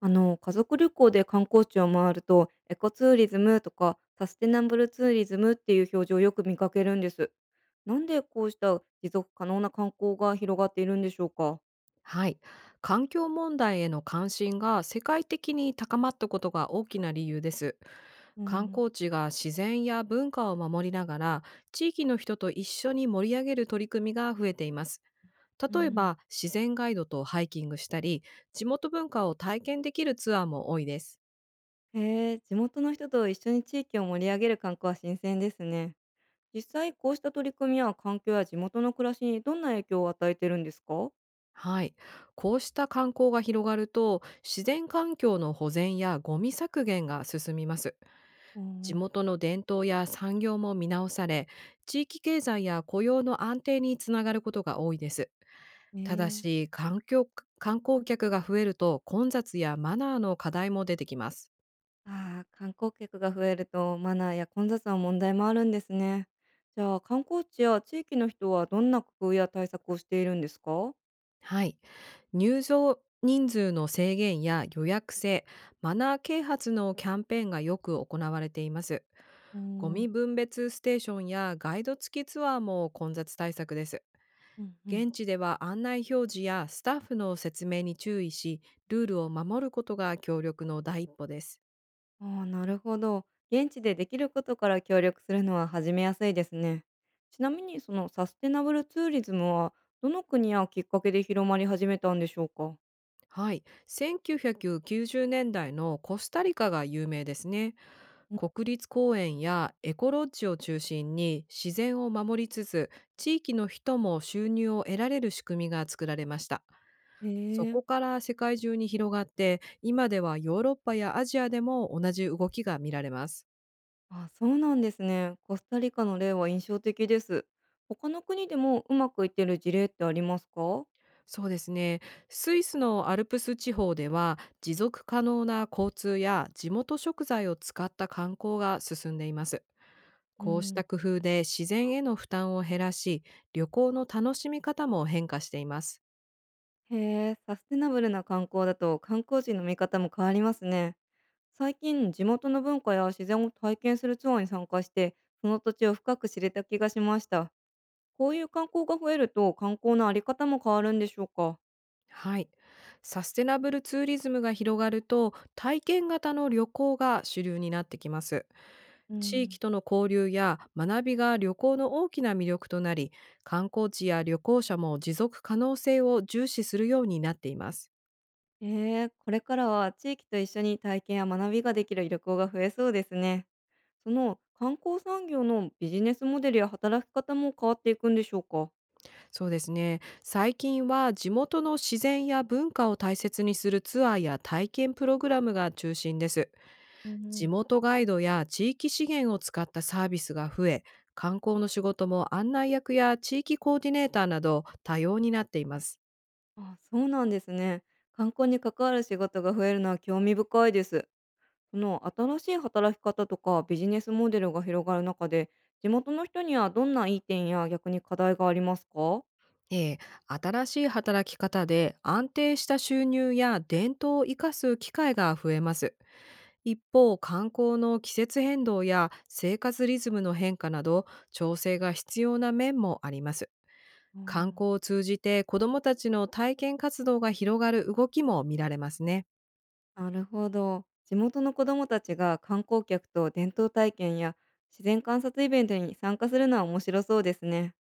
家族旅行で観光地を回ると、エコツーリズムとかサステナブルツーリズムっていう表示をよく見かけるんです。なんでこうした持続可能な観光が広がっているんでしょうか。はい。環境問題への関心が世界的に高まったことが大きな理由です。う観ん。光地が自然や文化を守りながら、地域の人と一緒に盛り上げる取り組みが増えています。う例えん。ば、自然ガイドとハイキングしたり、地元文化を体験できるツアーも多いです。へえ、地元の人と一緒に地域を盛り上げる観光は新鮮ですね。実際こうした取り組みは環境や地元の暮らしにどんな影響を与えてるんですか。はい。こうした観光が広がると、自然環境の保全やゴミ削減が進みます。う地ん。元の伝統や産業も見直され、地域経済や雇用の安定につながることが多いです。ねただえ。し、観光客が増えると混雑やマナーの課題も出てきます。ああ、観光客が増えるとマナーや混雑の問題もあるんですね。じゃあ観光地や地域の人はどんな工夫や対策をしているんですか？はい、入場人数の制限や予約制、マナー啓発のキャンペーンがよく行われています。うーゴミん、分別ステーションやガイド付きツアーも混雑対策です。うんうん。現地では案内表示やスタッフの説明に注意し、ルールを守ることが協力の第一歩です。ああ、なるほど。現地でできることから協力するのは始めやすいですね。ちなみにそのサステナブルツーリズムはどの国やきっかけで広まり始めたんでしょうか？はい、1990年代のコスタリカが有名ですね。国立公園やエコロッジを中心に自然を守りつつ、地域の人も収入を得られる仕組みが作られました。へそえ。こから世界中に広がって、今ではヨーロッパやアジアでも同じ動きが見られます。あ、そうなんですね。コスタリカの例は印象的です。他の国でもうまくいってる事例ってありますか？そうですね。スイスのアルプス地方では、持続可能な交通や地元食材を使った観光が進んでいます。うこうしたん。工夫で自然への負担を減らし、旅行の楽しみ方も変化しています。へえ、サステナブルな観光だと観光地の見方も変わりますね。最近、地元の文化や自然を体験するツアーに参加して、その土地を深く知れた気がしました。こういう観光が増えると、観光のあり方も変わるんでしょうか。はい。サステナブルツーリズムが広がると、体験型の旅行が主流になってきます。う地域ん。との交流や学びが旅行の大きな魅力となり、観光地や旅行者も持続可能性を重視するようになっています。へえー、これからは地域と一緒に体験や学びができる旅行が増えそうですね。その観光産業のビジネスモデルや働き方も変わっていくんでしょうか。そうですね。最近は地元の自然や文化を大切にするツアーや体験プログラムが中心です。うんう地ん。元ガイドや地域資源を使ったサービスが増え、観光の仕事も案内役や地域コーディネーターなど多様になっています。あ、そうなんですね。観光に関わる仕事が増えるのは興味深いです。この新しい働き方とかビジネスモデルが広がる中で、地元の人にはどんないい点や逆に課題がありますか？ええ、新しい働き方で安定した収入や伝統を生かす機会が増えます。一方、観光の季節変動や生活リズムの変化など、調整が必要な面もあります。う観ん。光を通じて子どもたちの体験活動が広がる動きも見られますね。あー、なるほど。地元の子どもたちが観光客と伝統体験や自然観察イベントに参加するのは面白そうですね。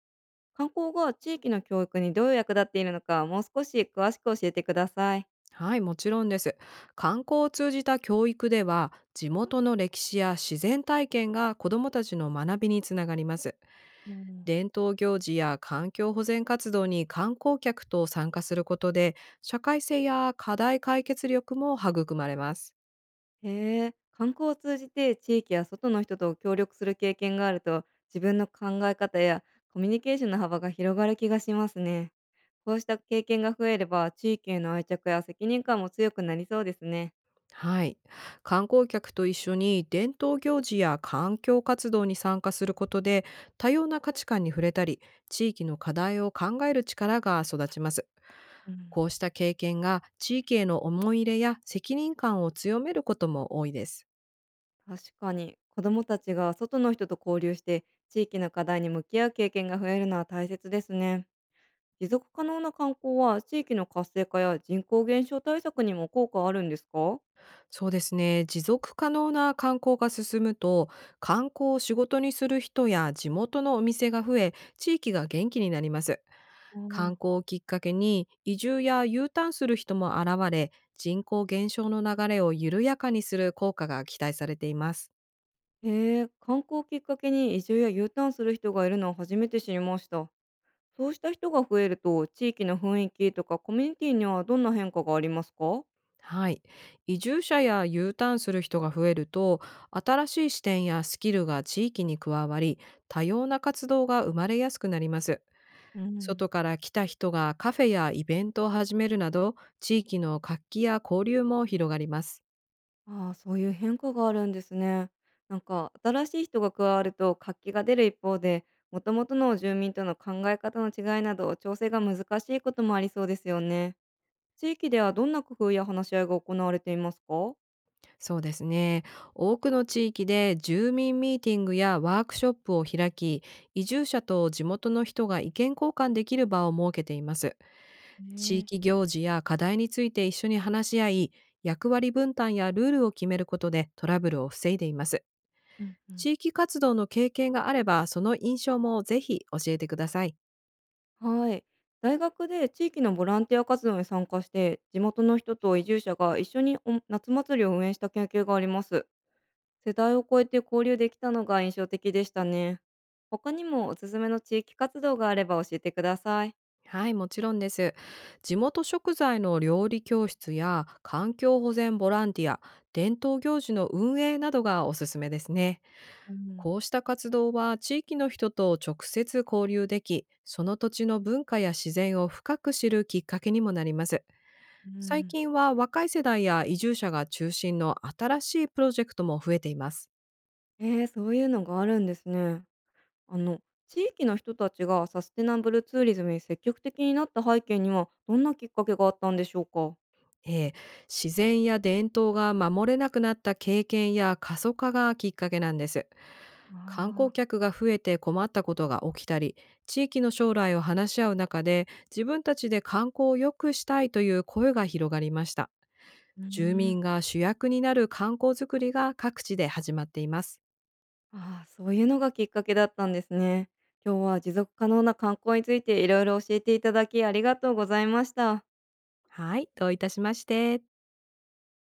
観光が地域の教育にどう役立っているのか、もう少し詳しく教えてください。はい、もちろんです。観光を通じた教育では、地元の歴史や自然体験が子どもたちの学びにつながります。うん。伝統行事や環境保全活動に観光客と参加することで、社会性や課題解決力も育まれます。へえ、観光を通じて地域や外の人と協力する経験があると、自分の考え方やコミュニケーションの幅が広がる気がしますね。こうした経験が増えれば、地域への愛着や責任感も強くなりそうですね。はい、観光客と一緒に伝統行事や環境活動に参加することで、多様な価値観に触れたり、地域の課題を考える力が育ちます。うん、こうした経験が地域への思い入れや責任感を強めることも多いです。確かに、子どもたちが外の人と交流して、地域の課題に向き合う経験が増えるのは大切ですね。持続可能な観光は地域の活性化や人口減少対策にも効果あるんですか？そうですね。持続可能な観光が進むと、観光を仕事にする人や地元のお店が増え、地域が元気になります。観あ光あ。をきっかけに移住や U ターンする人も現れ、人口減少の流れを緩やかにする効果が期待されています。へえ、観光をきっかけに移住や U ターンする人がいるのを初めて知りました。そうした人が増えると、地域の雰囲気とかコミュニティにはどんな変化がありますか？はい。移住者や U ターンする人が増えると、新しい視点やスキルが地域に加わり、多様な活動が生まれやすくなります。うん。外から来た人がカフェやイベントを始めるなど、地域の活気や交流も広がります。ああ、そういう変化があるんですね。なんか、新しい人が加わると活気が出る一方で、元々の住民との考え方の違いなど、調整が難しいこともありそうですよね。地域ではどんな工夫や話し合いが行われていますか？そうですね。多くの地域で住民ミーティングやワークショップを開き、移住者と地元の人が意見交換できる場を設けています。地ね域え。行事や課題について一緒に話し合い、役割分担やルールを決めることでトラブルを防いでいます。うんうん。地域活動の経験があれば、その印象もぜひ教えてください。はい。大学で地域のボランティア活動に参加して、地元の人と移住者が一緒にお夏祭りを運営した研究があります。世代を超えて交流できたのが印象的でしたね。他にもおすすめの地域活動があれば教えてください。はい、もちろんです。地元食材の料理教室や環境保全ボランティア、伝統行事の運営などがおすすめですね。うん。こうした活動は地域の人と直接交流でき、その土地の文化や自然を深く知るきっかけにもなります。う最ん。近は若い世代や移住者が中心の新しいプロジェクトも増えています。えー、そういうのがあるんですね。あの、地域の人たちがサステナブルツーリズムに積極的になった背景には、どんなきっかけがあったんでしょうか。えー自然や伝統が守れなくなった経験や過疎化がきっかけなんです。観光ああ客が増えて困ったことが起きたり、地域の将来を話し合う中で自分たちで観光を良くしたいという声が広がりました。ーうー住ん。民が主役になる観光づくりが各地で始まっています。ああ、そういうのがきっかけだったんですね。今日は持続可能な観光についていろいろ教えていただきありがとうございました。はい、どういたしまして。